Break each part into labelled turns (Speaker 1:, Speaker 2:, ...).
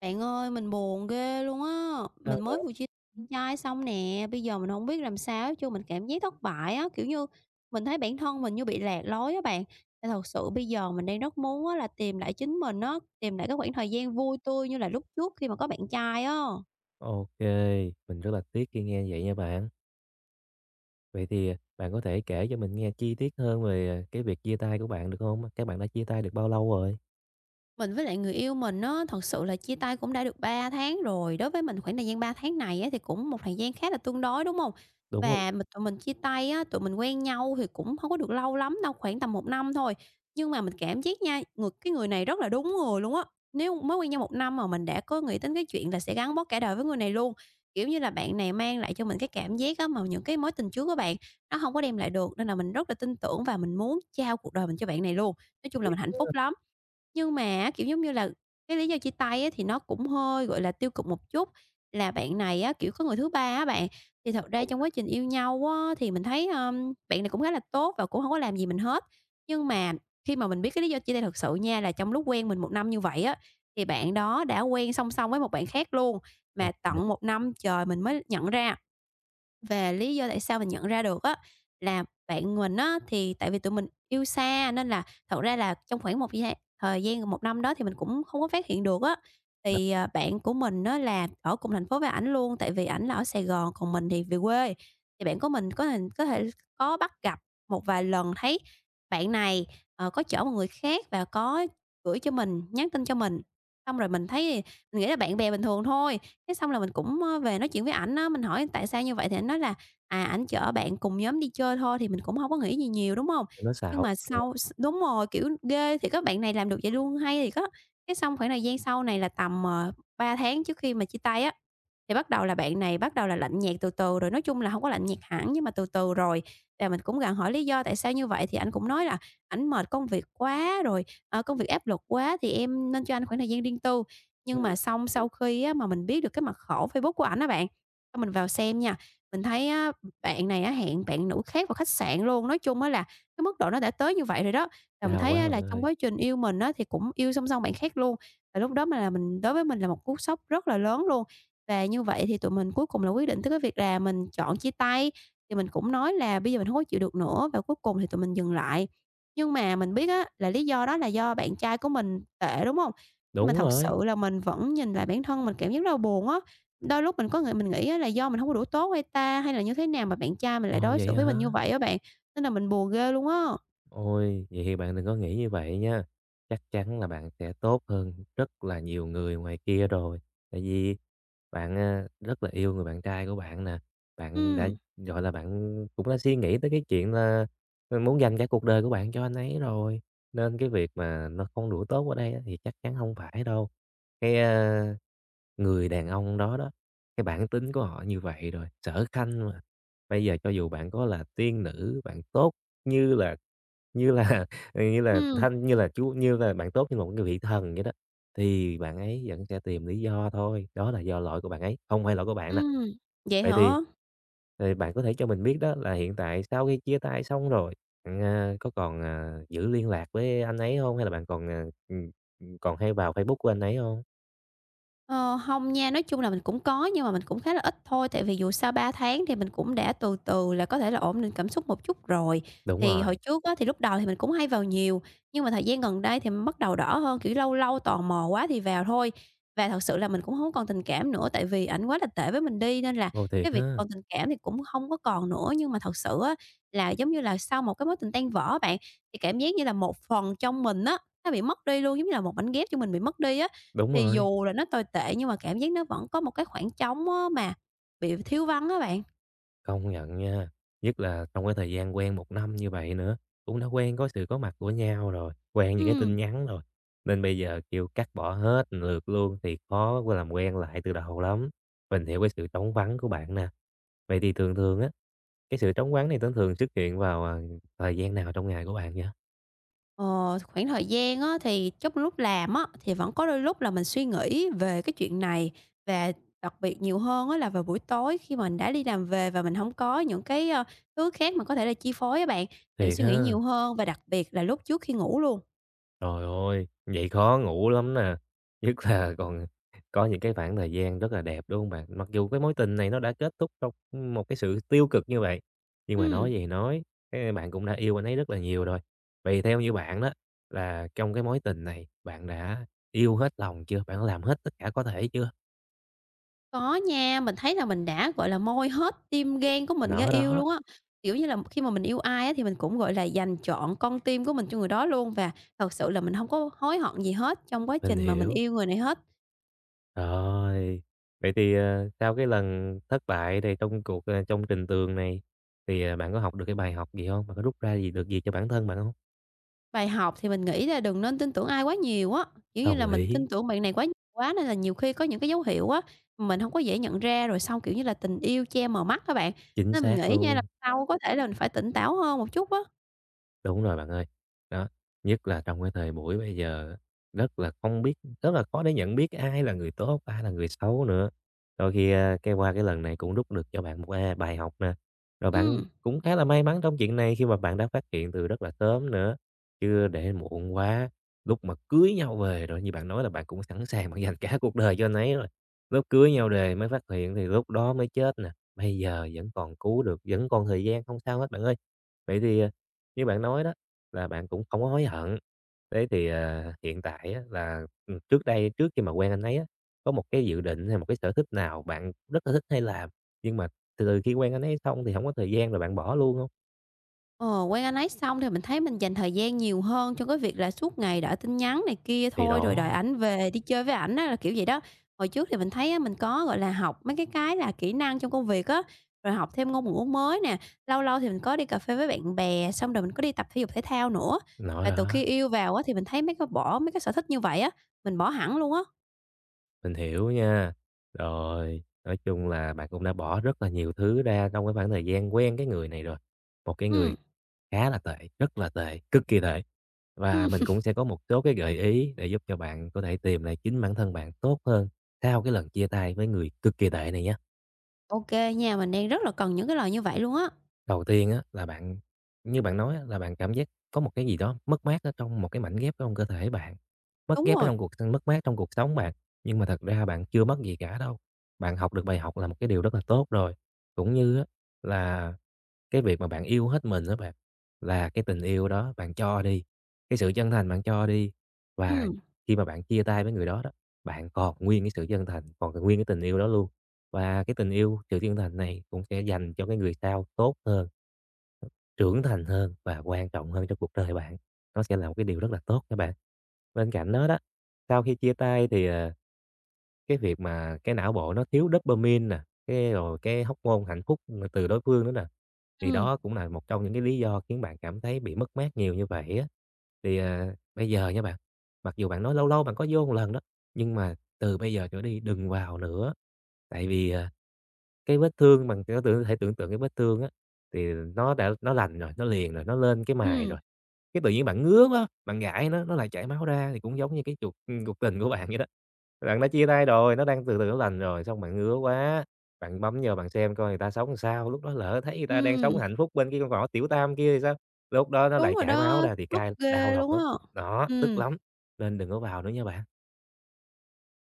Speaker 1: Bạn ơi, mình buồn ghê luôn á,
Speaker 2: Sao
Speaker 1: mình
Speaker 2: vậy?
Speaker 1: mới vừa chia tay bạn trai xong nè, bây giờ mình không biết làm sao hết trơn, mình cảm giác thất bại á, kiểu như, mình thấy bản thân mình như bị lạc lối á bạn. Nên thật sự bây giờ mình đang rất muốn á là tìm lại chính mình á, tìm lại cái khoảng thời gian vui tươi như là lúc trước khi mà có bạn trai á.
Speaker 2: Ô, mình rất là tiếc khi nghe vậy nha bạn. Vậy thì, bạn có thể kể cho mình nghe chi tiết hơn về, cái việc chia tay của bạn được không? Các bạn đã chia tay được bao lâu rồi?
Speaker 1: Mình với lại người yêu mình á, thật sự là chia tay cũng đã được 3 tháng rồi, đối với mình khoảng thời gian 3 tháng này á, thì cũng một thời gian khá là tương đối, đúng không?
Speaker 2: Đúng rồi,
Speaker 1: Và tụi mình chia tay á, tụi mình quen nhau thì cũng không có được lâu lắm đâu, khoảng tầm một năm thôi, nhưng mà mình cảm giác nha, cái người này rất là đúng người luôn á. Nếu mới quen nhau một năm mà mình đã có nghĩ đến cái chuyện là sẽ gắn bó cả đời với người này luôn, kiểu như là, bạn này mang lại cho mình cái cảm giác á, mà những cái mối tình trước của bạn, nó không có đem lại được, nên là mình rất là tin tưởng và mình muốn trao cuộc đời mình cho bạn này luôn. Nói chung là
Speaker 2: thiệt,
Speaker 1: mình hạnh phúc lắm. Nhưng mà á, kiểu, giống như là, cái lý do chia tay á thì nó cũng hơi, gọi là, tiêu cực một chút, là bạn này á, kiểu, có người thứ ba á bạn, thì thật ra
Speaker 2: đau
Speaker 1: trong
Speaker 2: quá,
Speaker 1: quá trình yêu nhau á thì mình thấy, bạn này cũng khá là tốt và cũng không có làm gì mình hết. Nhưng mà khi mà mình biết cái lý do chia tay thật sự nha, là trong lúc quen mình một năm như vậy á, thì bạn đó đã quen song song với một bạn khác luôn,
Speaker 2: rồi
Speaker 1: mà
Speaker 2: mình
Speaker 1: tận
Speaker 2: hiểu,
Speaker 1: một năm trời mình mới nhận ra. Về lý do tại sao mình nhận ra được á, là bạn mình á, thì tại vì tụi mình yêu xa nên là thật ra là trong khoảng một gia thời gian một năm đó thì mình cũng không có phát hiện được á.
Speaker 2: đầu
Speaker 1: Thì, bạn của mình nó là ở cùng thành phố với ảnh luôn, tại vì ảnh là ở Sài Gòn, còn mình thì về quê. Thì bạn của mình có thể có bắt gặp một vài lần thấy bạn này, có chở một người khác và có gửi cho mình, nhắn tin cho mình. Xong rồi mình thấy mình nghĩ là bạn bè bình thường thôi, thế xong là mình cũng, ơ, về nói chuyện với ảnh á, mình hỏi tại sao như vậy thì ảnh nói là, à, ảnh chở bạn cùng nhóm đi chơi thôi, thì mình cũng không có nghĩ gì nhiều, đúng không?
Speaker 2: nó
Speaker 1: Nhưng
Speaker 2: xạo
Speaker 1: mà
Speaker 2: kìa.
Speaker 1: sau s đúng rồi, kiểu, ghê thì các bạn này làm được vậy luôn, hay thì có, cái xong khoảng thời gian sau này là tầm, 3 tháng trước khi mà chia tay á, thì bắt đầu là bạn này bắt đầu là lạnh nhạt từ từ rồi, nói chung là không có lạnh nhạt hẳn nhưng mà từ từ rồi. Và mình cũng gặng hỏi lý do tại sao như vậy thì anh cũng nói là ảnh mệt công việc quá rồi, công việc áp lực quá thì em nên cho anh khoảng thời gian riêng tư. Nhưng
Speaker 2: Ừm,
Speaker 1: mà xong sau khi á, mà mình biết được cái mật khẩu Facebook của ảnh á bạn, xong mình vào xem nha, mình thấy á, bạn này á, hẹn bạn nữ khác vào khách sạn luôn. Nói chung á là cái mức độ nó đã tới như vậy rồi đó, và mình
Speaker 2: đau
Speaker 1: thấy
Speaker 2: quá
Speaker 1: á,
Speaker 2: bạn
Speaker 1: là trong
Speaker 2: ơi.
Speaker 1: quá trình yêu mình á, thì cũng yêu song song bạn khác luôn. Và lúc đó mà là mình đối với mình là một cú sốc rất là lớn luôn. Và như vậy thì tụi mình cuối cùng là quyết định tới cái việc là mình chọn chia tay, thì mình cũng nói là bây giờ mình không có chịu được nữa và cuối cùng thì tụi mình dừng lại. Nhưng mà mình biết á, là lý do đó là do bạn trai của mình tệ, đúng không? Nhưng mà
Speaker 2: Đúng
Speaker 1: thật
Speaker 2: rồi,
Speaker 1: sự là mình vẫn nhìn lại bản thân mình cảm giác rất là buồn á. Đôi lúc mình có nghĩ mình nghĩ á là do mình hông có đủ tốt hay ta, hay là như thế nào mà bạn trai mình lại
Speaker 2: ồ,
Speaker 1: đối
Speaker 2: vậy
Speaker 1: xử với mình như
Speaker 2: hả?
Speaker 1: vậy á bạn, nên là mình buồn ghê luôn á.
Speaker 2: Ôi, vậy thì bạn đừng có nghĩ như vậy nha. Chắc chắn là bạn sẽ tốt hơn rất là nhiều người ngoài kia rồi. Tại vì bạn à, rất là yêu người bạn trai của bạn nè. Bạn đã
Speaker 1: Ừm,
Speaker 2: gọi là bạn cũng đã suy nghĩ tới cái chuyện là muốn dành cả cuộc đời của bạn cho anh ấy rồi. Nên cái việc mà nó không đủ tốt ở đây á, thì chắc chắn không phải đâu. Cái à, người đàn ông đó đó, cái bản tính của họ như vậy rồi, sở khanh mà. Bây giờ cho dù bạn có là tiên nữ, bạn tốt như là như là, như là
Speaker 1: ừm,
Speaker 2: thanh như là chú như là bạn tốt như là một cái vị thần vậy đó, thì bạn ấy vẫn sẽ tìm lý do thôi, đó là do lỗi của bạn ấy, không phải lỗi của bạn nè.
Speaker 1: ừm. Vậy
Speaker 2: Vậy thì
Speaker 1: hả?
Speaker 2: bạn có thể cho mình biết đó là hiện tại sau khi chia tay xong rồi, bạn, có còn, giữ liên lạc với anh ấy không? Hay là bạn còn, còn hay vào Facebook của anh ấy không?
Speaker 1: Ờ, hông nha, nói chung là mình cũng có nhưng mà mình cũng khá là ít thôi, tại vì dù sao 3 tháng thì mình cũng đã từ từ là có thể là ổn định cảm xúc một chút rồi.
Speaker 2: Đúng
Speaker 1: Thì hồi
Speaker 2: rồi,
Speaker 1: trước á, thì lúc đầu thì mình cũng hay vào nhiều, nhưng mà thời gian gần đây thì mình bắt đầu đỡ hơn, kiểu, lâu lâu tò mò quá thì vào thôi. Và thật sự là mình cũng không còn tình cảm nữa, tại vì ảnh quá là tệ với mình đi nên là
Speaker 2: vô thiệt
Speaker 1: cái việc
Speaker 2: ha,
Speaker 1: còn tình cảm thì cũng không có còn nữa. Nhưng mà thật sự á, là giống như là sau một cái mối tình tan vỡ bạn, thì cảm giác như là một phần trong mình á, nó bị mất đi luôn, giống như là một mảnh ghép cho mình bị mất đi á.
Speaker 2: đúng
Speaker 1: Thì
Speaker 2: rồi.
Speaker 1: dù là nó tồi tệ nhưng mà cảm giác nó vẫn có một cái khoảng trống á mà bị thiếu vắng á bạn.
Speaker 2: Công nhận nha, nhất là trong cái thời gian quen một năm như vậy nữa, cũng đã quen có sự có mặt của nhau rồi, quen những cái tin
Speaker 1: Ừm.
Speaker 2: nhắn rồi, nên bây giờ kêu cắt bỏ hết lượt luôn thì khó có làm quen lại từ đầu lắm. Mình hiểu cái sự trống vắng của bạn nè. Vậy thì thường thường á, cái sự trống vắng này thường thường xuất hiện vào, thời gian nào trong ngày của bạn nhỉ?
Speaker 1: Ờ, khoảng thời gian á thì trong lúc làm á, thì vẫn có đôi lúc là mình suy nghĩ về cái chuyện này và đặc biệt nhiều hơn á là vào buổi tối khi mình đã đi làm về và mình không có những cái, ơ, thứ khác mà có thể là chi phối á bạn, thì mình
Speaker 2: Thiệt
Speaker 1: suy nghĩ
Speaker 2: ha!
Speaker 1: nhiều hơn và đặc biệt là lúc trước khi ngủ luôn.
Speaker 2: Trời ơi, vậy khó ngủ lắm nè, nhất là còn có những cái khoảng thời gian rất là đẹp, đúng không bạn? Mặc dù cái mối tình này nó đã kết thúc trong một cái sự tiêu cực như vậy, nhưng mà nói
Speaker 1: Ừm.
Speaker 2: gì nói, cái bạn cũng đã yêu anh ấy rất là nhiều rồi. Vậy theo như bạn đó, là trong cái mối tình này, bạn đã yêu hết lòng chưa? Bạn đã làm hết tất cả có thể chưa?
Speaker 1: Có nha, mình thấy là mình đã, gọi là, moi hết tim gan của mình ra
Speaker 2: Nó
Speaker 1: yêu
Speaker 2: đó,
Speaker 1: luôn á. Kiểu như là, khi mà mình yêu ai á thì mình cũng, gọi là, dành trọn con tim của mình cho người đó luôn và thật sự là mình không có hối hận gì hết trong quá
Speaker 2: mình
Speaker 1: trình mà mình
Speaker 2: hiểu.
Speaker 1: yêu người này hết.
Speaker 2: Rồi, vậy thì, sau cái lần thất bại này trong cuộc, trong trình tường này, thì, bạn có học được cái bài học gì không? Bạn có rút ra gì được gì cho bản thân bạn không?
Speaker 1: Bài học thì mình nghĩ là đừng nên tin tưởng ai quá nhiều á, kiểu như
Speaker 2: Đồng
Speaker 1: là, mình
Speaker 2: ý,
Speaker 1: tin tưởng bạn này quá nhiều quá nên là nhiều khi có những cái dấu hiệu á, mình không có dễ nhận ra rồi xong, kiểu như là, tình yêu che mờ mắt các bạn.
Speaker 2: chính
Speaker 1: Nên mình
Speaker 2: xác
Speaker 1: nghĩ nha là
Speaker 2: luôn.
Speaker 1: sau có thể là mình phải tỉnh táo hơn một chút á.
Speaker 2: Đúng rồi bạn ơi. Đó, nhất là trong cái thời buổi bây giờ rất là không biết rất là khó để nhận biết ai là người tốt, ai là người xấu nữa. Đôi khi, cái qua cái lần này cũng rút được cho bạn một, bài học nè, rồi bạn
Speaker 1: Ừ.
Speaker 2: cũng khá là may mắn trong chuyện này khi mà bạn đã phát hiện từ rất là sớm nữa, chứ để muộn quá, lúc mà cưới nhau về rồi như bạn nói là bạn cũng sẵn sàng bạn dành cả cuộc đời cho anh ấy rồi, lúc cưới nhau về mới phát hiện thì lúc đó mới chết nè, bây giờ vẫn còn cứu được, vẫn còn thời gian, không sao hết bạn ơi. Vậy thì, như bạn nói đó, là bạn cũng không có hối hận. Thế thì, hiện tại á là, trước đây, trước khi mà quen anh ấy á, có một cái dự định hay một cái sở thích nào bạn rất là thích hay làm, nhưng mà từ từ khi quen anh ấy xong thì không có thời gian rồi bạn bỏ luôn không?
Speaker 1: Ờ, quen anh ấy xong thì mình thấy mình dành thời gian nhiều hơn cho cái việc là suốt ngày đợi tin nhắn này kia
Speaker 2: Thì
Speaker 1: thôi, rồi đợi
Speaker 2: đó,
Speaker 1: ảnh về đi chơi với ảnh á, là kiểu vậy đó. Hồi trước thì mình thấy á, mình có, gọi là, học mấy cái là kỹ năng trong công việc á, rồi học thêm ngôn ngữ mới nè, lâu lâu thì mình có đi cà phê với bạn bè, xong rồi mình có đi tập thể dục thể thao nữa.
Speaker 2: nói
Speaker 1: Và từ
Speaker 2: đó,
Speaker 1: khi yêu vào á, thì mình thấy mấy cái bỏ mấy cái sở thích như vậy á, mình bỏ hẳn luôn á.
Speaker 2: mình hiểu nha. Rồi, nói chung là bạn cũng đã bỏ rất là nhiều thứ ra trong cái khoảng thời gian quen cái người này rồi, một cái người
Speaker 1: Ừm,
Speaker 2: khá là tệ, rất là tệ, cực kỳ tệ. Và mình
Speaker 1: ừm,
Speaker 2: cũng sẽ có một số cái gợi ý để giúp cho bạn có thể tìm lại chính bản thân bạn tốt hơn sau cái lần chia tay với người cực kỳ tệ này nhé.
Speaker 1: ô nha, mình đang rất là cần những cái lời như vậy luôn á.
Speaker 2: Đầu tiên á, là bạn như bạn nói á, là bạn cảm giác có một cái gì đó mất mát ở trong một cái mảnh ghép trong cơ thể bạn, mất
Speaker 1: Đúng
Speaker 2: ghép ở
Speaker 1: rồi,
Speaker 2: trong cuộc mất mát trong cuộc sống bạn, nhưng mà thật ra bạn chưa mất gì cả đâu. Bạn học được bài học là một cái điều rất là tốt rồi, cũng như á là cái việc mà bạn yêu hết mình đó bạn, là cái tình yêu đó bạn cho đi, cái sự chân thành bạn cho đi, và
Speaker 1: ừm,
Speaker 2: khi mà bạn chia tay với người đó đó, bạn còn nguyên cái sự chân thành, còn cái- nguyên cái tình yêu đó luôn. Và cái tình yêu, sự chân thành này cũng sẽ dành cho cái người sau tốt hơn, trưởng thành hơn và quan trọng hơn trong cuộc đời bạn. Nó sẽ là một cái điều rất là tốt các bạn. Bên cạnh đó đó, sau khi chia tay thì, cái việc mà cái não bộ nó thiếu dopamine nè, cái rồi cái hormone hạnh phúc từ đối phương nữa nè, thì
Speaker 1: ừm,
Speaker 2: đó cũng là một trong những cái lý do khiến bạn cảm thấy bị mất mát nhiều như vậy á. Thì, bây giờ nha bạn, mặc dù bạn nói lâu lâu bạn có vô một lần đó, nhưng mà từ bây giờ trở đi đừng vào nữa, tại vì, cái vết thương bằng tưởng tượng thể tưởng tượng cái vết thương á, thì nó đã nó lành rồi, nó liền rồi, nó lên cái mài
Speaker 1: ừm,
Speaker 2: rồi. Cái tự nhiên bạn ngứa quá, bạn gãi nó lại chảy máu ra thì cũng giống như cái cuộc, cuộc tình của bạn vậy đó. Bạn đã chia tay rồi, nó đang từ từ nó lành rồi, xong bạn ngứa quá, bạn bấm vào bạn xem coi người ta sống làm sao, lúc đó lỡ thấy người ta đang sống
Speaker 1: ừm.
Speaker 2: hạnh phúc bên cái con ngõ tiểu tam kia thì sao? Lúc đó nó
Speaker 1: Đúng
Speaker 2: lại
Speaker 1: rồi
Speaker 2: chảy máu
Speaker 1: đó,
Speaker 2: ra thì
Speaker 1: tức
Speaker 2: cay, đau
Speaker 1: ghê
Speaker 2: lòng
Speaker 1: luôn á.
Speaker 2: lắm, đó, tức
Speaker 1: Ừm,
Speaker 2: lắm, nên đừng có vào nữa nha bạn.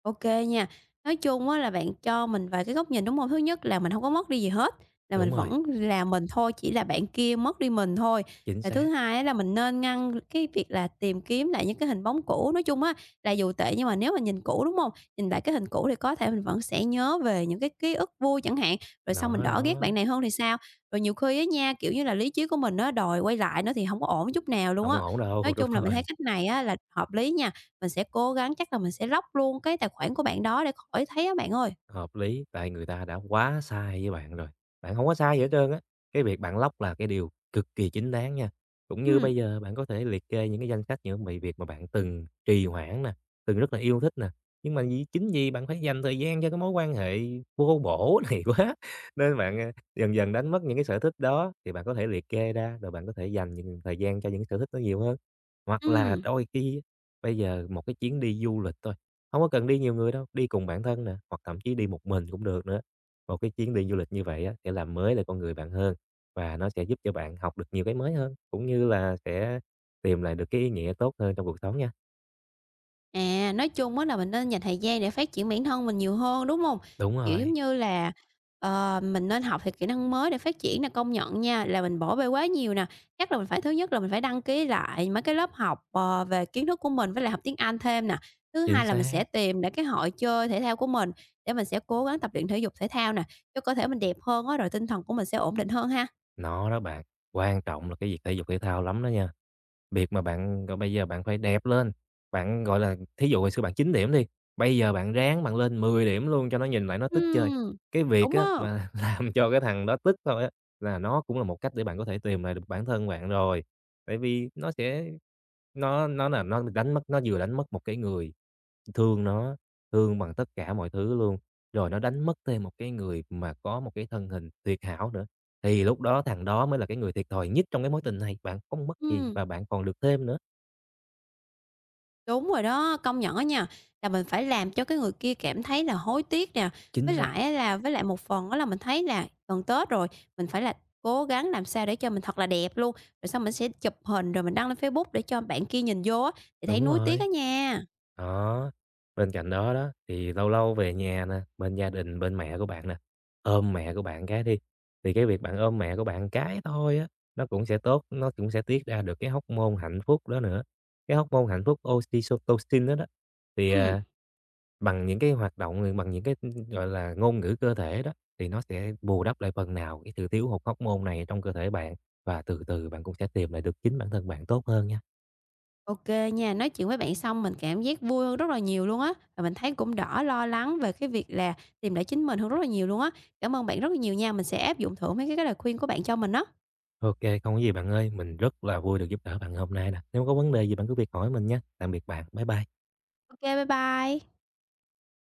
Speaker 1: OK nha. Nói chung á là bạn cho mình vài cái góc nhìn, đúng không? Thứ nhất là mình không có mất đi gì hết, là
Speaker 2: Đúng
Speaker 1: mình
Speaker 2: rồi,
Speaker 1: vẫn là mình thôi, chỉ là bạn kia mất đi mình thôi.
Speaker 2: chính
Speaker 1: Và thứ
Speaker 2: xác,
Speaker 1: hai á là mình nên ngăn cái việc là tìm kiếm lại những cái hình bóng cũ. Nói chung á là dù tệ nhưng mà nếu mà nhìn cũ, đúng không? Nhìn lại cái hình cũ thì có thể mình vẫn sẽ nhớ về những cái ký ức vui chẳng hạn, rồi sau mình
Speaker 2: nó
Speaker 1: đỡ ghét
Speaker 2: đó,
Speaker 1: bạn này hơn thì sao? Rồi nhiều khi á nha, kiểu như là, lý trí của mình nó đòi quay lại nó thì không có ổn chút nào luôn
Speaker 2: không
Speaker 1: á.
Speaker 2: ổn
Speaker 1: Nói
Speaker 2: đâu, đúng
Speaker 1: chung là mình thấy
Speaker 2: rồi.
Speaker 1: cách này á là hợp lý nha. Mình sẽ cố gắng chắc là mình sẽ lock luôn cái tài khoản của bạn đó để khỏi thấy á bạn ơi.
Speaker 2: Hợp lý, tại người ta đã quá sai với bạn rồi. Bạn không có sai gì hết trơn á. Cái việc bạn lóc là cái điều cực kỳ chính đáng nha. Cũng như
Speaker 1: Ừm,
Speaker 2: bây giờ bạn có thể liệt kê những cái danh sách những bài việc mà bạn từng trì hoãn nè, từng rất là yêu thích nè, nhưng mà vì chính vì bạn phải dành thời gian cho cái mối quan hệ vô bổ này quá, nên bạn, dần dần đánh mất những cái sở thích đó, thì bạn có thể liệt kê ra, rồi bạn có thể dành những thời gian cho những sở thích nó nhiều hơn. Hoặc là
Speaker 1: ừm.
Speaker 2: đôi khi bây giờ một cái chuyến đi du lịch thôi, không có cần đi nhiều người đâu, đi cùng bản thân nè, hoặc thậm chí đi một mình cũng được nữa. Một cái chuyến đi du lịch như vậy á, sẽ làm mới lại con người bạn hơn, và nó sẽ giúp cho bạn học được nhiều cái mới hơn, cũng như là sẽ tìm lại được cái ý nghĩa tốt hơn trong cuộc sống nha.
Speaker 1: À, nói chung á là mình nên dành thời gian để phát triển bản thân mình nhiều hơn, đúng hông?
Speaker 2: Đúng
Speaker 1: Kiểu,
Speaker 2: rồi,
Speaker 1: giống như là, ờ, mình nên học thêm kỹ năng mới để phát triển nè, công nhận nha, là mình bỏ bê quá nhiều nè. Chắc là mình phải thứ nhất là mình phải đăng ký lại mấy cái lớp học, về kiến thức của mình với lại học tiếng Anh thêm nè. Thứ
Speaker 2: chính
Speaker 1: hai là mình
Speaker 2: xác.
Speaker 1: sẽ tìm lại cái hội chơi thể thao của mình để mình sẽ cố gắng tập luyện thể dục thể thao nè, cho cơ thể mình đẹp hơn á, rồi tinh thần của mình sẽ ổn định hơn ha.
Speaker 2: Nó đó bạn, quan trọng là cái việc thể dục thể thao lắm đó nha. Việc mà bạn, gọi, bây giờ bạn phải đẹp lên, bạn, gọi là, thí dụ hồi xưa bạn 9 điểm đi, bây giờ bạn ráng bạn lên 10 điểm luôn cho nó nhìn lại nó tức chơi.
Speaker 1: Ừm,
Speaker 2: Cái việc
Speaker 1: đúng
Speaker 2: á
Speaker 1: á,
Speaker 2: mà làm cho cái thằng đó tức thôi á, là nó cũng là một cách để bạn có thể tìm lại được bản thân bạn rồi. Tại vì nó sẽ nó là nó đánh mất nó vừa đánh mất một cái người, thương nó, thương bằng tất cả mọi thứ luôn, rồi nó đánh mất thêm một cái người mà có một cái thân hình tuyệt hảo nữa, thì lúc đó thằng đó mới là cái người thiệt thòi nhất trong cái mối tình này, bạn không mất gì
Speaker 1: ừm,
Speaker 2: và bạn còn được thêm nữa.
Speaker 1: đúng rồi đó, công nhận á nha, là mình phải làm cho cái người kia cảm thấy là hối tiếc nè,
Speaker 2: Chính
Speaker 1: với
Speaker 2: xác.
Speaker 1: lại á là với lại một phần á là mình thấy là gần Tết rồi, mình phải là cố gắng làm sao để cho mình thật là đẹp luôn, rồi xong mình sẽ chụp hình rồi mình đăng lên Facebook để cho bạn kia nhìn vô á, thì thấy
Speaker 2: Đúng
Speaker 1: nuối tiếc
Speaker 2: rồi,
Speaker 1: á nha.
Speaker 2: đó. Bên cạnh đó đó, thì lâu lâu về nhà nè, bên gia đình, bên mẹ của bạn nè, ôm mẹ của bạn cái đi, thì cái việc bạn ôm mẹ của bạn cái thôi á, nó cũng sẽ tốt, nó cũng sẽ tiết ra được cái hóc môn hạnh phúc đó nữa. Cái hóc môn hạnh phúc oxytocin đó đó. Thì,
Speaker 1: Ừm,
Speaker 2: bằng những cái hoạt động, bằng những cái, gọi là, ngôn ngữ cơ thể đó, thì nó sẽ bù đắp lại phần nào cái sự thiếu hụt hormone này trong cơ thể bạn, và từ từ bạn cũng sẽ tìm lại được chính bản thân bạn tốt hơn nha.
Speaker 1: ok nha, nói chuyện với bạn xong mình cảm giác vui hơn rất là nhiều luôn á, và mình thấy cũng đỡ lo lắng về cái việc là tìm lại chính mình hơn rất là nhiều luôn á. Cảm ơn bạn rất là nhiều nha, mình sẽ áp dụng thử mấy cái lời khuyên của bạn cho mình á.
Speaker 2: OK không có gì bạn ơi, mình rất là vui được giúp đỡ bạn hôm nay nè. Nếu có vấn đề gì bạn cứ việc hỏi mình nha. Tạm biệt bạn, bye bye.
Speaker 1: OK, bye bye.